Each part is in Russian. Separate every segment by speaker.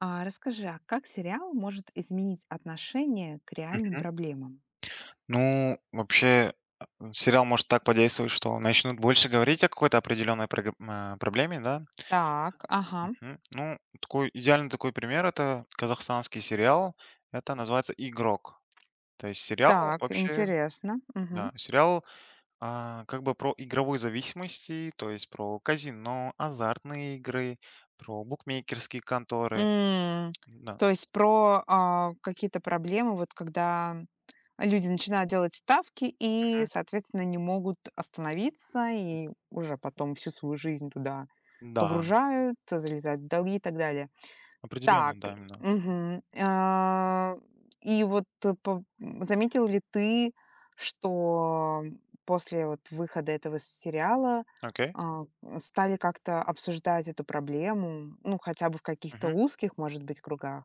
Speaker 1: А расскажи, а как сериал может изменить отношение к реальным
Speaker 2: Мгм.
Speaker 1: проблемам?
Speaker 2: Ну, вообще, сериал может так подействовать, что начнут больше говорить о какой-то определенной проблеме, да?
Speaker 1: Так, ага,
Speaker 2: Мгм. Ну, такой идеальный такой пример это казахстанский сериал. Это называется «Игрок». То есть сериал,
Speaker 1: так,
Speaker 2: вообще,
Speaker 1: интересно. Мгм.
Speaker 2: да, сериал, как бы про игровую зависимости, то есть про казино, азартные игры, про букмекерские конторы.
Speaker 1: М,
Speaker 2: Да.
Speaker 1: то есть про какие-то проблемы, вот когда люди начинают делать ставки и,
Speaker 2: Мгм.
Speaker 1: соответственно, не могут остановиться и уже потом всю свою жизнь туда
Speaker 2: Да,
Speaker 1: погружают, залезают в долги и так далее. Так,
Speaker 2: определенно, да, именно.
Speaker 1: мгм. А, и вот э, по Заметил ли ты, что после вот выхода этого сериала,
Speaker 2: Окей.
Speaker 1: а, стали как-то обсуждать эту проблему, ну, хотя бы в каких-то
Speaker 2: Мгм.
Speaker 1: узких, может быть, кругах,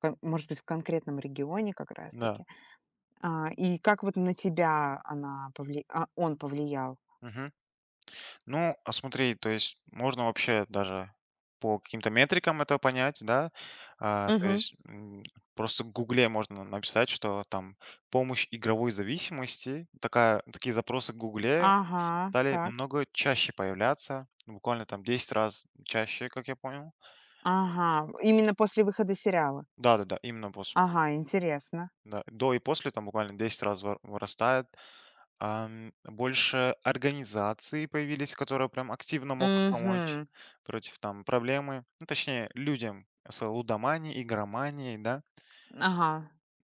Speaker 1: кон может быть, в конкретном регионе как раз
Speaker 2: Да.
Speaker 1: таки? А, и как вот на тебя он повлиял?
Speaker 2: Мгм. Ну, а смотри, то есть можно вообще даже по каким-то метрикам это понять, да. То
Speaker 1: Мгм.
Speaker 2: есть просто в Гугле можно написать, что там помощь игровой зависимости, такие запросы в Гугле
Speaker 1: Ага,
Speaker 2: стали
Speaker 1: так.
Speaker 2: намного чаще появляться, ну, буквально там 10 раз чаще, как я понял.
Speaker 1: Ага, именно после выхода сериала.
Speaker 2: Да-да-да, именно после,
Speaker 1: Ага, интересно.
Speaker 2: да, до и после там буквально 10 раз вырастает. Больше организаций появились, которые прям активно могут помочь
Speaker 1: Угу.
Speaker 2: против там проблемы, ну, точнее, людям с лудоманией, игроманией, да.
Speaker 1: Ага,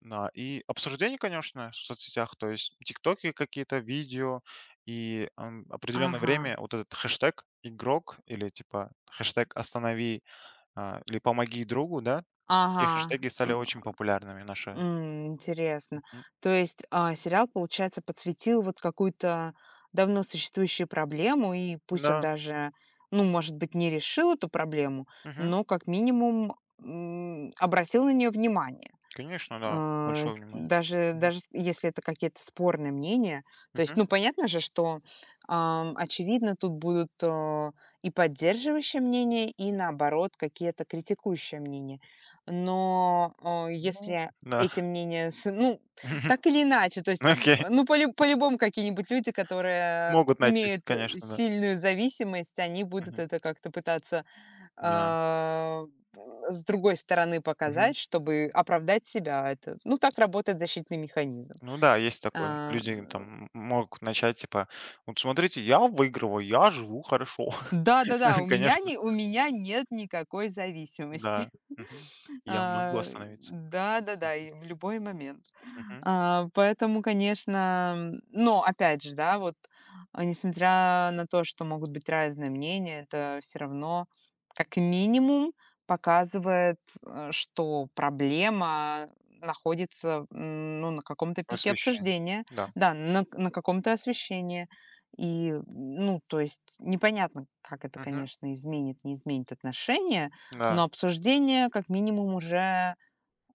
Speaker 2: Да, и обсуждение, конечно, в соцсетях, то есть тиктоки какие-то, видео, и определенное
Speaker 1: ага,
Speaker 2: время вот этот хэштег «игрок» или типа хэштег «останови», или «помоги другу», да, такие
Speaker 1: ага.
Speaker 2: хэштеги
Speaker 1: М,
Speaker 2: стали очень популярными наши.
Speaker 1: м, интересно.
Speaker 2: Мгм.
Speaker 1: То есть, сериал, получается, подсветил вот какую-то давно существующую проблему, и пусть он
Speaker 2: Да,
Speaker 1: даже, ну, может быть, не решил эту проблему,
Speaker 2: мгм,
Speaker 1: но как минимум, обратил на нее внимание.
Speaker 2: конечно, да,
Speaker 1: А,
Speaker 2: большое внимание. Мгм.
Speaker 1: даже с если это какие-то спорные мнения. То есть,
Speaker 2: Мгм.
Speaker 1: ну, понятно же, что, очевидно, тут будут, и поддерживающие мнения, и, наоборот, какие-то критикующие мнения. Но,
Speaker 2: Ну
Speaker 1: если
Speaker 2: да.
Speaker 1: эти мнения с ну, так или иначе, то есть,
Speaker 2: Ну окей.
Speaker 1: ну, полю по-любому какие-нибудь люди, которые
Speaker 2: Могут найтись,
Speaker 1: имеют
Speaker 2: конечно, да.
Speaker 1: сильную зависимость, они будут
Speaker 2: Мгм.
Speaker 1: это как-то пытаться,
Speaker 2: Да.
Speaker 1: э, с другой стороны показать,
Speaker 2: Мгм.
Speaker 1: чтобы оправдать себя. Это, ну, так работает защитный механизм.
Speaker 2: Ну да, есть такое.
Speaker 1: А,
Speaker 2: Люди там могут начать типа: «Вот смотрите, я выигрываю, я живу хорошо».
Speaker 1: да-да-да,
Speaker 2: Конечно,
Speaker 1: у меня нет никакой зависимости.
Speaker 2: да. Мгм. Я могу
Speaker 1: А,
Speaker 2: остановиться.
Speaker 1: да-да-да, и в любой момент.
Speaker 2: Мгм.
Speaker 1: А, поэтому, конечно, но опять же, да, вот, несмотря на то, что могут быть разные мнения, это все равно как минимум показывает, что проблема находится, ну, на каком-то пике
Speaker 2: Просвещение.
Speaker 1: обсуждения,
Speaker 2: Да.
Speaker 1: да, на каком-то освещении. И, ну, то есть непонятно, как это,
Speaker 2: Мгм.
Speaker 1: конечно, изменит, не изменит отношения,
Speaker 2: Да.
Speaker 1: но обсуждение как минимум уже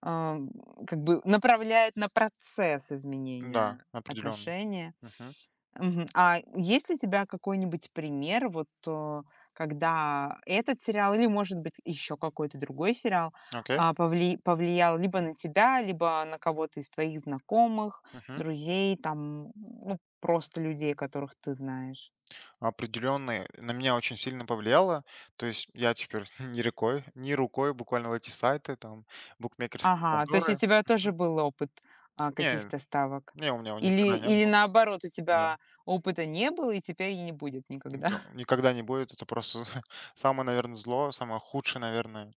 Speaker 1: ам, как бы направляет на процесс
Speaker 2: Да,
Speaker 1: изменения
Speaker 2: определенно.
Speaker 1: отношения.
Speaker 2: Мгм.
Speaker 1: Мгм. А есть ли у тебя какой-нибудь пример, вот когда этот сериал или, может быть, еще какой-то другой сериал
Speaker 2: Окей.
Speaker 1: повлиял либо на тебя, либо на кого-то из твоих знакомых,
Speaker 2: Мгм.
Speaker 1: друзей, там, ну, просто людей, которых ты знаешь?
Speaker 2: Определённо на меня очень сильно повлияло. То есть я теперь не рукой буквально в эти сайты, там, букмекерские
Speaker 1: Ага, то есть у
Speaker 2: конторы.
Speaker 1: тебя тоже был опыт,
Speaker 2: Не,
Speaker 1: каких-то ставок?
Speaker 2: не, у меня его
Speaker 1: Или
Speaker 2: никогда не было.
Speaker 1: наоборот, у
Speaker 2: Да.
Speaker 1: тебя опыта не было и теперь и не будет никогда?
Speaker 2: Это никогда не будет. Это просто самое, наверное, зло, самое худшее, наверное,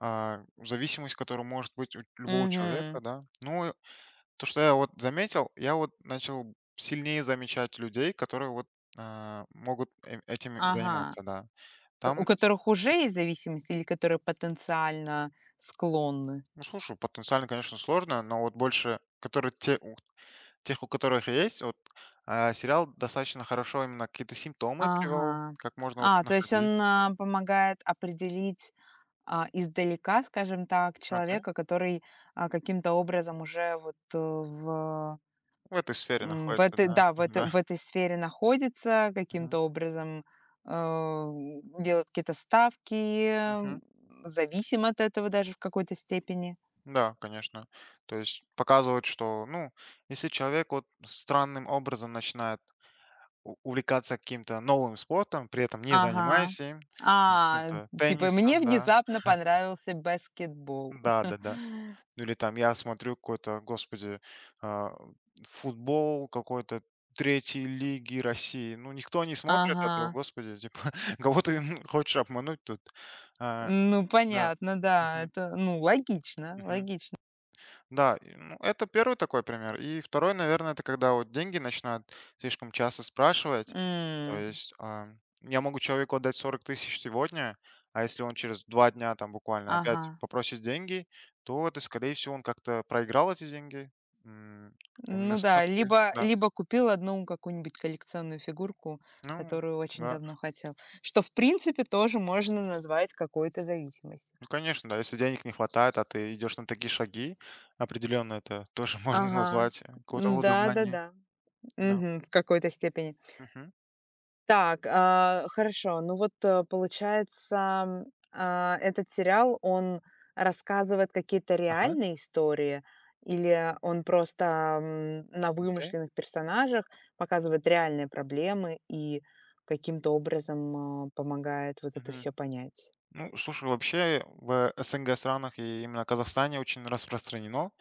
Speaker 2: зависимость, которая может быть у любого
Speaker 1: Угу.
Speaker 2: человека, да. Ну, и то, что я вот заметил, я вот начал сильнее замечать людей, которые вот могут этим
Speaker 1: Ага.
Speaker 2: заниматься, да.
Speaker 1: К У
Speaker 2: Там,
Speaker 1: которых уже есть зависимость или которые потенциально склонны?
Speaker 2: ну, слушай, потенциально, конечно, сложно, но вот больше, у тех, у которых есть, вот сериал достаточно хорошо именно какие-то симптомы привел,
Speaker 1: Ага.
Speaker 2: как можно вот
Speaker 1: А, то есть он,
Speaker 2: находить.
Speaker 1: помогает определить, издалека, скажем так, человека, который, а, каким-то образом уже вот, э, в
Speaker 2: В этой сфере
Speaker 1: м, в
Speaker 2: находится,
Speaker 1: этой,
Speaker 2: да,
Speaker 1: да, в этой
Speaker 2: да,
Speaker 1: сфере находится,
Speaker 2: мгм,
Speaker 1: каким-то образом, а, делает какие-то ставки,
Speaker 2: мгм.
Speaker 1: зависим от этого даже в какой-то степени.
Speaker 2: Да, конечно. То есть показывают, что, ну, если человек вот странным образом начинает у увлекаться каким-то новым спортом, при этом не
Speaker 1: Ага.
Speaker 2: занимаясь им,
Speaker 1: А,
Speaker 2: каким-то
Speaker 1: типа, мне
Speaker 2: теннисом, да,
Speaker 1: внезапно понравился баскетбол.
Speaker 2: да-да-да. Ну или там я смотрю какой-то, господи, а, футбол какой-то третьей лиги России. Ну, никто не смотрит этого,
Speaker 1: Ага.
Speaker 2: господи, типа, кого ты хочешь обмануть тут? А,
Speaker 1: Ну,
Speaker 2: да,
Speaker 1: понятно, да,
Speaker 2: мгм,
Speaker 1: это, ну, логично,
Speaker 2: мгм.
Speaker 1: логично.
Speaker 2: Да, и, ну, это первый такой пример. И второй, наверное, это когда вот деньги начинают слишком часто спрашивать. То
Speaker 1: М,
Speaker 2: есть я могу человеку отдать 40 000 сегодня, а если он через 2 дня там буквально
Speaker 1: ага.
Speaker 2: опять попросит деньги, то это, скорее всего, он как-то проиграл эти деньги. М,
Speaker 1: Ну
Speaker 2: как
Speaker 1: да,
Speaker 2: ставки,
Speaker 1: либо
Speaker 2: да.
Speaker 1: купил одну какую-нибудь коллекционную фигурку,
Speaker 2: Ну
Speaker 1: которую очень
Speaker 2: да.
Speaker 1: давно хотел, что, в принципе, тоже можно назвать какой-то зависимостью.
Speaker 2: Ну, конечно, да, если денег не хватает, а ты идешь на такие шаги, определенно это тоже можно
Speaker 1: Ага.
Speaker 2: назвать какой-то лудоманией.
Speaker 1: Да-да-да.
Speaker 2: Да.
Speaker 1: В какой-то степени.
Speaker 2: Мгм.
Speaker 1: Так, а, хорошо. Ну вот, получается, этот сериал, он рассказывает какие-то
Speaker 2: Ага,
Speaker 1: реальные истории или он просто, на
Speaker 2: окей.
Speaker 1: вымышленных персонажах показывает реальные проблемы и каким-то образом, помогает вот это
Speaker 2: Мгм.
Speaker 1: все понять?
Speaker 2: Ну, слушай, вообще в СНГ странах и именно Казахстане очень распространено.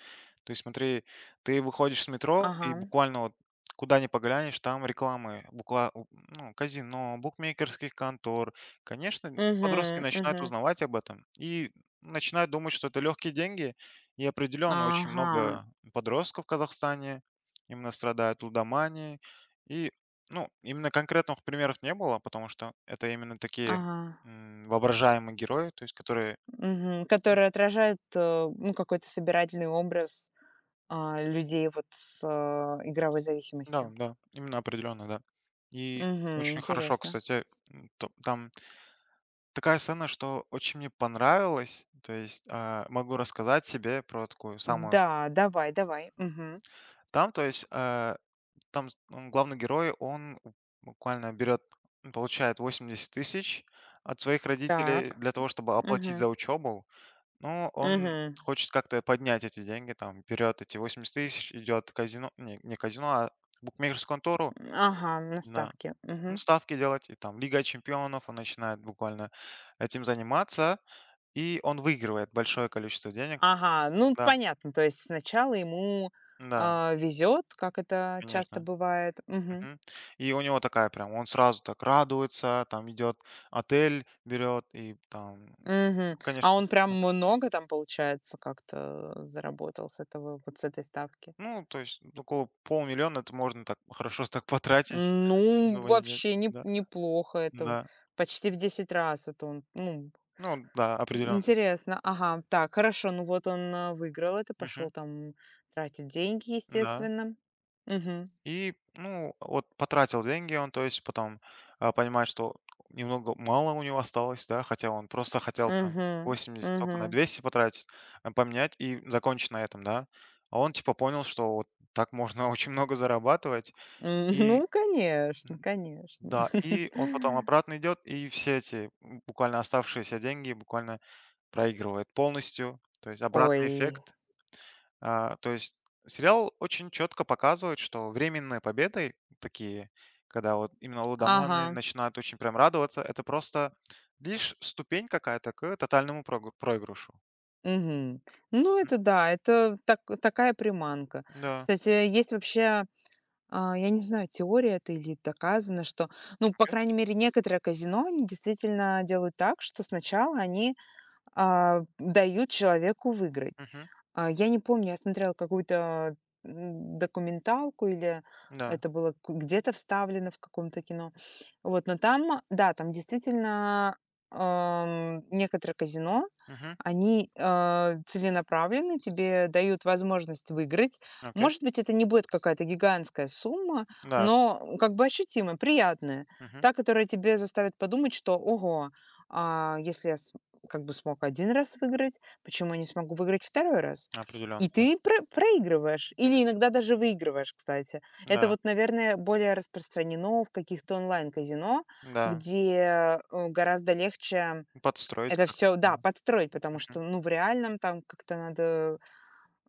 Speaker 2: То есть смотри, ты выходишь с метро и
Speaker 1: Ага.
Speaker 2: буквально вот куда ни поглянешь, там рекламы, ну, казино, букмекерских контор. Конечно, подростки
Speaker 1: Угу.
Speaker 2: начинают
Speaker 1: Угу.
Speaker 2: узнавать об этом и начинают думать, что это легкие деньги. И определенно очень
Speaker 1: Ага,
Speaker 2: много подростков в Казахстане именно страдают лудоманией. И, ну, именно конкретных примеров не было, потому что это именно такие.
Speaker 1: ага.
Speaker 2: Воображаемый герой, то есть который.
Speaker 1: Мгм.
Speaker 2: Ну
Speaker 1: Который отражает, ну, какой-то собирательный образ, людей вот с, игровой
Speaker 2: да,
Speaker 1: зависимостью.
Speaker 2: да, именно определенно, да. И
Speaker 1: Мгм.
Speaker 2: очень хорошо,
Speaker 1: Интересно.
Speaker 2: кстати, то там такая сцена, что очень мне понравилось. То есть, могу рассказать тебе про такую самую.
Speaker 1: Да, давай, давай. Мгм.
Speaker 2: Там, то есть, там главный герой, он у буквально берет, получает 80 000 от своих родителей
Speaker 1: Так.
Speaker 2: для того, чтобы оплатить
Speaker 1: Мгм.
Speaker 2: за учебу. Ну, он
Speaker 1: Мгм.
Speaker 2: хочет как-то поднять эти деньги, там, берет эти 80 000, идет в казино, не, не казино, а букмекерскую контору
Speaker 1: Ага,
Speaker 2: на,
Speaker 1: наставки.
Speaker 2: ну,
Speaker 1: Мгм.
Speaker 2: ставки делать, и там Лига Чемпионов, он начинает буквально этим заниматься, и он выигрывает большое количество денег.
Speaker 1: Ага, ну,
Speaker 2: Да,
Speaker 1: понятно. То есть сначала ему,
Speaker 2: да,
Speaker 1: везет, как это часто
Speaker 2: конечно.
Speaker 1: бывает. Мгм.
Speaker 2: Мгм. И у него такая прям, он сразу так радуется, там идет отель, берет, и там,
Speaker 1: Мгм. А
Speaker 2: конечно,
Speaker 1: он прям
Speaker 2: да.
Speaker 1: много там, получается, как-то заработал с этого, вот с этой ставки?
Speaker 2: Ну, то есть около полмиллиона это можно так хорошо так потратить.
Speaker 1: Ну,
Speaker 2: Ну, или нет,
Speaker 1: вообще не
Speaker 2: да.
Speaker 1: неплохо. Это
Speaker 2: Да.
Speaker 1: почти в 10 раз. Это он, ну,
Speaker 2: Ну да, определенно.
Speaker 1: интересно. Ага, так, хорошо. Ну вот он, выиграл это, пошел
Speaker 2: Мгм.
Speaker 1: там тратить деньги,
Speaker 2: Да.
Speaker 1: естественно. Угу.
Speaker 2: И, ну, вот потратил деньги он, то есть потом, понимает, что немного мало у него осталось, да, хотя он просто хотел там
Speaker 1: Угу.
Speaker 2: 80 только на
Speaker 1: Угу.
Speaker 2: 200 потратить, поменять и закончить на этом, да. А он типа понял, что вот так можно очень много зарабатывать.
Speaker 1: М,
Speaker 2: И
Speaker 1: ну, конечно, конечно.
Speaker 2: да, и он потом обратно идет, и все эти буквально оставшиеся деньги буквально проигрывает полностью. То есть
Speaker 1: Ой.
Speaker 2: обратный эффект. То есть сериал очень четко показывает, что временные победы такие, когда вот именно лудоманы
Speaker 1: Ага.
Speaker 2: начинают очень прям радоваться, это просто лишь ступень какая-то к тотальному проигрышу.
Speaker 1: Мгм. Ну, это да, это так такая приманка.
Speaker 2: Да.
Speaker 1: Кстати, есть вообще. А, я не знаю, теория это или доказано, что, ну, по
Speaker 2: Окей.
Speaker 1: крайней мере, некоторые казино, они действительно делают так, что сначала они дают человеку выиграть.
Speaker 2: Мгм.
Speaker 1: А, я не помню, я смотрела какую-то документалку или
Speaker 2: Да.
Speaker 1: это было где-то вставлено в каком-то кино. Вот, но там, да, там действительно некоторые казино,
Speaker 2: Мгм.
Speaker 1: они целенаправлены, тебе дают возможность выиграть.
Speaker 2: Окей.
Speaker 1: Может быть, это не будет какая-то гигантская сумма,
Speaker 2: Да.
Speaker 1: но как бы ощутимая, приятная.
Speaker 2: Мгм.
Speaker 1: Та, которая тебе заставит подумать, что, ого, если я как бы смог один раз выиграть, почему я не смогу выиграть второй раз?
Speaker 2: Определенно,
Speaker 1: И
Speaker 2: да.
Speaker 1: ты проигрываешь или иногда даже выигрываешь, кстати. Это
Speaker 2: Да.
Speaker 1: вот, наверное, более распространено в каких-то онлайн-казино,
Speaker 2: Да.
Speaker 1: где, гораздо легче
Speaker 2: Подстроить
Speaker 1: это
Speaker 2: как-то,
Speaker 1: все,
Speaker 2: да.
Speaker 1: да, подстроить, потому что,
Speaker 2: Мгм.
Speaker 1: ну, в реальном там как-то надо,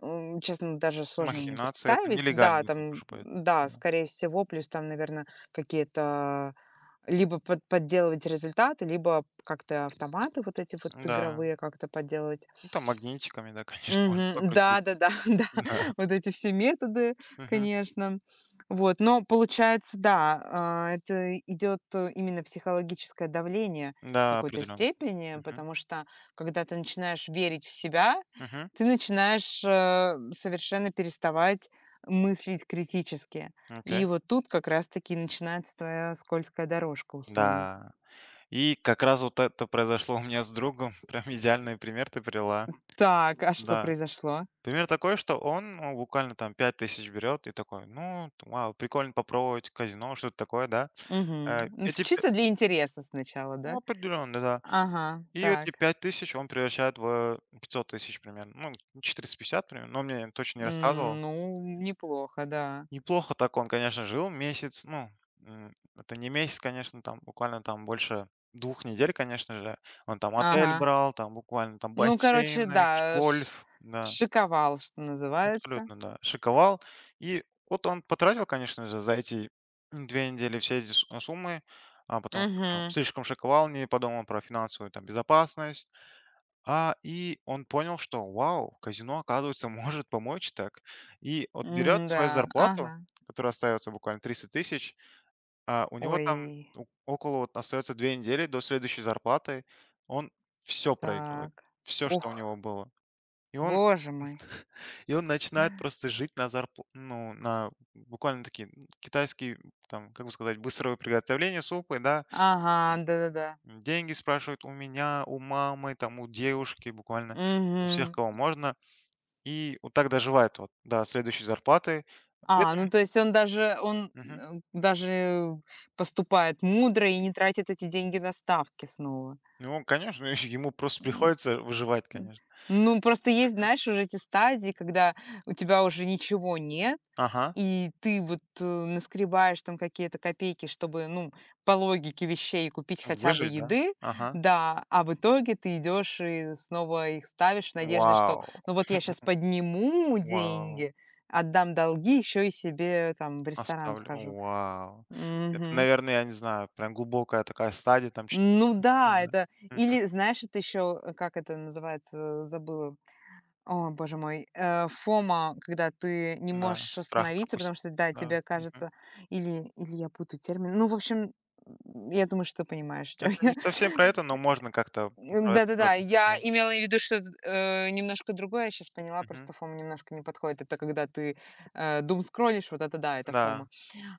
Speaker 1: честно, даже сложно мне
Speaker 2: Махинация это
Speaker 1: представить. Да,
Speaker 2: нелегально тут
Speaker 1: там,
Speaker 2: уже будет.
Speaker 1: да,
Speaker 2: Да.
Speaker 1: скорее всего, плюс там, наверное, какие-то либо подделывать результаты, либо как-то автоматы вот эти вот
Speaker 2: Да.
Speaker 1: игровые как-то подделывать.
Speaker 2: Ну, там магнитиками, да, конечно, можно
Speaker 1: Мгм.
Speaker 2: покрутить.
Speaker 1: Да-да-да, да, да, да.
Speaker 2: Да.
Speaker 1: Вот эти все методы,
Speaker 2: Мгм.
Speaker 1: конечно. Вот, но получается, да, это идёт именно психологическое давление в
Speaker 2: Да,
Speaker 1: какой-то
Speaker 2: определенно.
Speaker 1: степени, потому что когда ты начинаешь верить в себя,
Speaker 2: Мгм.
Speaker 1: ты начинаешь, совершенно переставать мыслить критически. И
Speaker 2: Окей.
Speaker 1: вот тут как раз таки начинается твоя скользкая дорожка, условно.
Speaker 2: Да. И как раз вот это произошло у меня с другом. Прям идеальный пример ты привела.
Speaker 1: Так, а что
Speaker 2: Да.
Speaker 1: произошло?
Speaker 2: Пример такой, что он, ну, буквально там 5 000 берет и такой, ну, вау, прикольно попробовать казино, что-то такое, да.
Speaker 1: Мгм.
Speaker 2: Э,
Speaker 1: Ну,
Speaker 2: Эти, п-
Speaker 1: чисто для интереса сначала,
Speaker 2: ну,
Speaker 1: да?
Speaker 2: определенно, да.
Speaker 1: Ага,
Speaker 2: И эти
Speaker 1: так.
Speaker 2: 5 000 он превращает в 500 000 примерно. Ну, 450 примерно, но он мне точно не
Speaker 1: М,
Speaker 2: рассказывал.
Speaker 1: ну, неплохо, да.
Speaker 2: Неплохо так он, конечно, жил месяц. Ну, это не месяц, конечно, там буквально там больше 2 недель, конечно же. Он там
Speaker 1: Ага.
Speaker 2: отель брал, там буквально там
Speaker 1: Ну, короче,
Speaker 2: бассейны,
Speaker 1: да, ш
Speaker 2: гольф, да,
Speaker 1: шиковал, что называется.
Speaker 2: абсолютно, да, шиковал. И вот он потратил, конечно же, за эти 2 недели все эти суммы, потому что прям
Speaker 1: Мгм.
Speaker 2: слишком шиковал, не подумал про финансовую там безопасность, и он понял, что вау, казино, оказывается, может помочь так. И вот берет свою
Speaker 1: Да,
Speaker 2: зарплату,
Speaker 1: ага.
Speaker 2: которая остается буквально 30 тысяч, а у него там
Speaker 1: Ой,
Speaker 2: около вот остается 2 недели до следующей зарплаты, он все проигрывает,
Speaker 1: так.
Speaker 2: все, что у него
Speaker 1: Ух,
Speaker 2: было. И он,
Speaker 1: боже мой.
Speaker 2: и он начинает просто жить на зарплату, ну, на буквально такие китайские, там, как бы сказать, быстрое приготовление супы, да,
Speaker 1: Ага, да-да-да.
Speaker 2: деньги спрашивают у меня, у мамы, там, у девушки, буквально у всех,
Speaker 1: Мгм.
Speaker 2: кого можно, и вот так доживает вот до следующей зарплаты. При
Speaker 1: А,
Speaker 2: этом.
Speaker 1: ну, то есть он
Speaker 2: Мгм.
Speaker 1: даже поступает мудро и не тратит эти деньги на ставки снова.
Speaker 2: Ну, конечно, ему просто
Speaker 1: Н
Speaker 2: приходится выживать,
Speaker 1: н
Speaker 2: конечно.
Speaker 1: Ну, просто есть,
Speaker 2: Мгм.
Speaker 1: знаешь, уже эти стадии, когда у тебя уже ничего нет,
Speaker 2: Ага.
Speaker 1: и ты вот, наскребаешь там какие-то копейки, чтобы, ну, по логике вещей купить хотя бы
Speaker 2: Выжить, да?
Speaker 1: еды,
Speaker 2: Ага.
Speaker 1: да, а в итоге ты идешь и снова их ставишь в надежде, что,
Speaker 2: Вау,
Speaker 1: ну, вот я сейчас подниму
Speaker 2: вау.
Speaker 1: деньги, отдам долги, еще и себе там в ресторан
Speaker 2: Оставлю.
Speaker 1: схожу.
Speaker 2: Вау. Это,
Speaker 1: Мгм.
Speaker 2: наверное, я не знаю, прям глубокая такая стадия там 4.
Speaker 1: Ну да,
Speaker 2: Да.
Speaker 1: это
Speaker 2: Мгм.
Speaker 1: или знаешь, это еще, как это называется, забыла. О, боже мой, FOMO, когда ты не
Speaker 2: Да,
Speaker 1: можешь
Speaker 2: страх
Speaker 1: остановиться, потому
Speaker 2: пропустить.
Speaker 1: что, да,
Speaker 2: Да.
Speaker 1: тебе
Speaker 2: Мгм.
Speaker 1: кажется, или, или я путаю термин. Ну, в общем, я думаю, что ты понимаешь, о чём
Speaker 2: Это
Speaker 1: я.
Speaker 2: не совсем про это, но можно как-то
Speaker 1: М,
Speaker 2: про это
Speaker 1: да-да-да,
Speaker 2: тоже. Да.
Speaker 1: я имела в виду, что немножко другое, я сейчас поняла,
Speaker 2: Мгм.
Speaker 1: просто фома немножко не подходит. Это когда ты дум скроллишь, вот это да, это фома.
Speaker 2: Да.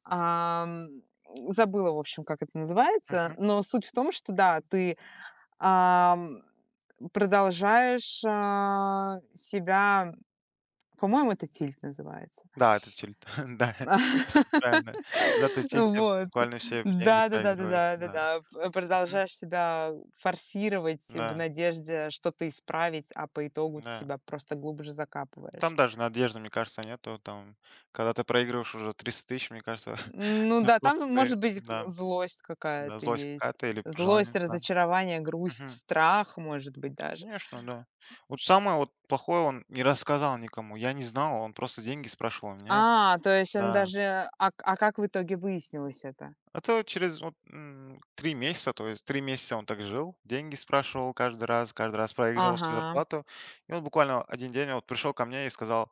Speaker 1: Ам, забыла, в общем, как это называется,
Speaker 2: Мгм.
Speaker 1: но суть в том, что да, ты ам, продолжаешь себя. По-моему, это "Тильт" называется.
Speaker 2: Да, это тильт. Да, все правильно. Когда ты в тильте,
Speaker 1: Вот.
Speaker 2: буквально все деньги проигрываешь. Да.
Speaker 1: Да-да-да-да-да-да-да. П
Speaker 2: Мгм.
Speaker 1: Продолжаешь себя форсировать в
Speaker 2: Да,
Speaker 1: надежде что-то исправить, а по итогу ты
Speaker 2: да.
Speaker 1: себя просто глубже
Speaker 2: Ну,
Speaker 1: закапываешь.
Speaker 2: там даже надежды, мне кажется, нету. Там, когда ты проигрываешь уже 300 000, мне кажется,
Speaker 1: Ну
Speaker 2: ну,
Speaker 1: да, там
Speaker 2: просто ты,
Speaker 1: может быть
Speaker 2: да,
Speaker 1: злость
Speaker 2: да,
Speaker 1: какая-то
Speaker 2: злость
Speaker 1: есть.
Speaker 2: какая-то или
Speaker 1: Злость,
Speaker 2: желание, да.
Speaker 1: разочарование, грусть,
Speaker 2: Мгм.
Speaker 1: страх, может быть, даже.
Speaker 2: Конечно, да. Вот самое вот плохое он не рассказал никому. Я не знал, он просто деньги спрашивал у меня.
Speaker 1: А, то есть он
Speaker 2: Да.
Speaker 1: даже, как в итоге выяснилось это?
Speaker 2: Это через вот, 3 месяца, то есть 3 месяца он так жил, деньги спрашивал каждый раз проигрывал всю
Speaker 1: Ага,
Speaker 2: зарплату. И он буквально один день вот пришел ко мне и сказал: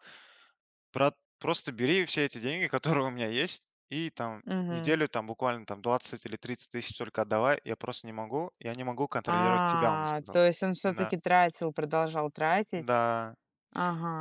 Speaker 2: «Брат, просто бери все эти деньги, которые у меня есть, и там
Speaker 1: мгм.
Speaker 2: неделю там буквально там 20 или 30 тысяч только отдавай, я просто не могу, я не могу контролировать себя», он мне
Speaker 1: А,
Speaker 2: сказал.
Speaker 1: то есть он
Speaker 2: Да,
Speaker 1: все-таки тратил, продолжал тратить.
Speaker 2: да,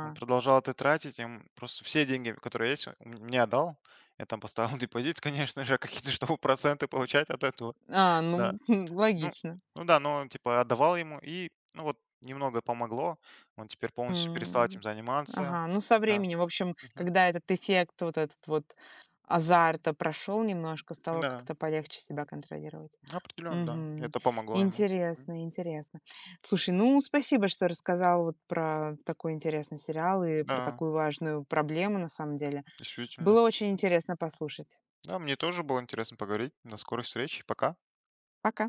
Speaker 2: он продолжал это тратить, и просто все деньги, которые есть, он мне отдал. Я там поставил депозит, конечно же, какие-то, чтобы проценты получать от этого.
Speaker 1: А,
Speaker 2: Да.
Speaker 1: ну,
Speaker 2: Ну
Speaker 1: логично.
Speaker 2: ну да, но типа отдавал ему, и, ну, вот немного помогло. Он теперь полностью перестал
Speaker 1: М,
Speaker 2: этим заниматься.
Speaker 1: ага, ну со
Speaker 2: Да.
Speaker 1: временем, в общем,
Speaker 2: Мгм.
Speaker 1: когда этот эффект, вот этот вот азарта прошел немножко, стало
Speaker 2: Да,
Speaker 1: как-то полегче себя контролировать.
Speaker 2: определенно, да.
Speaker 1: Мгм.
Speaker 2: Это помогло ему. Мгм.
Speaker 1: Интересно, интересно. Слушай, ну спасибо, что рассказал вот про такой интересный сериал и про
Speaker 2: Да,
Speaker 1: такую важную проблему на самом деле.
Speaker 2: действительно.
Speaker 1: Было очень интересно послушать.
Speaker 2: Да, мне тоже было интересно поговорить. До скорой встречи. Пока.
Speaker 1: Пока.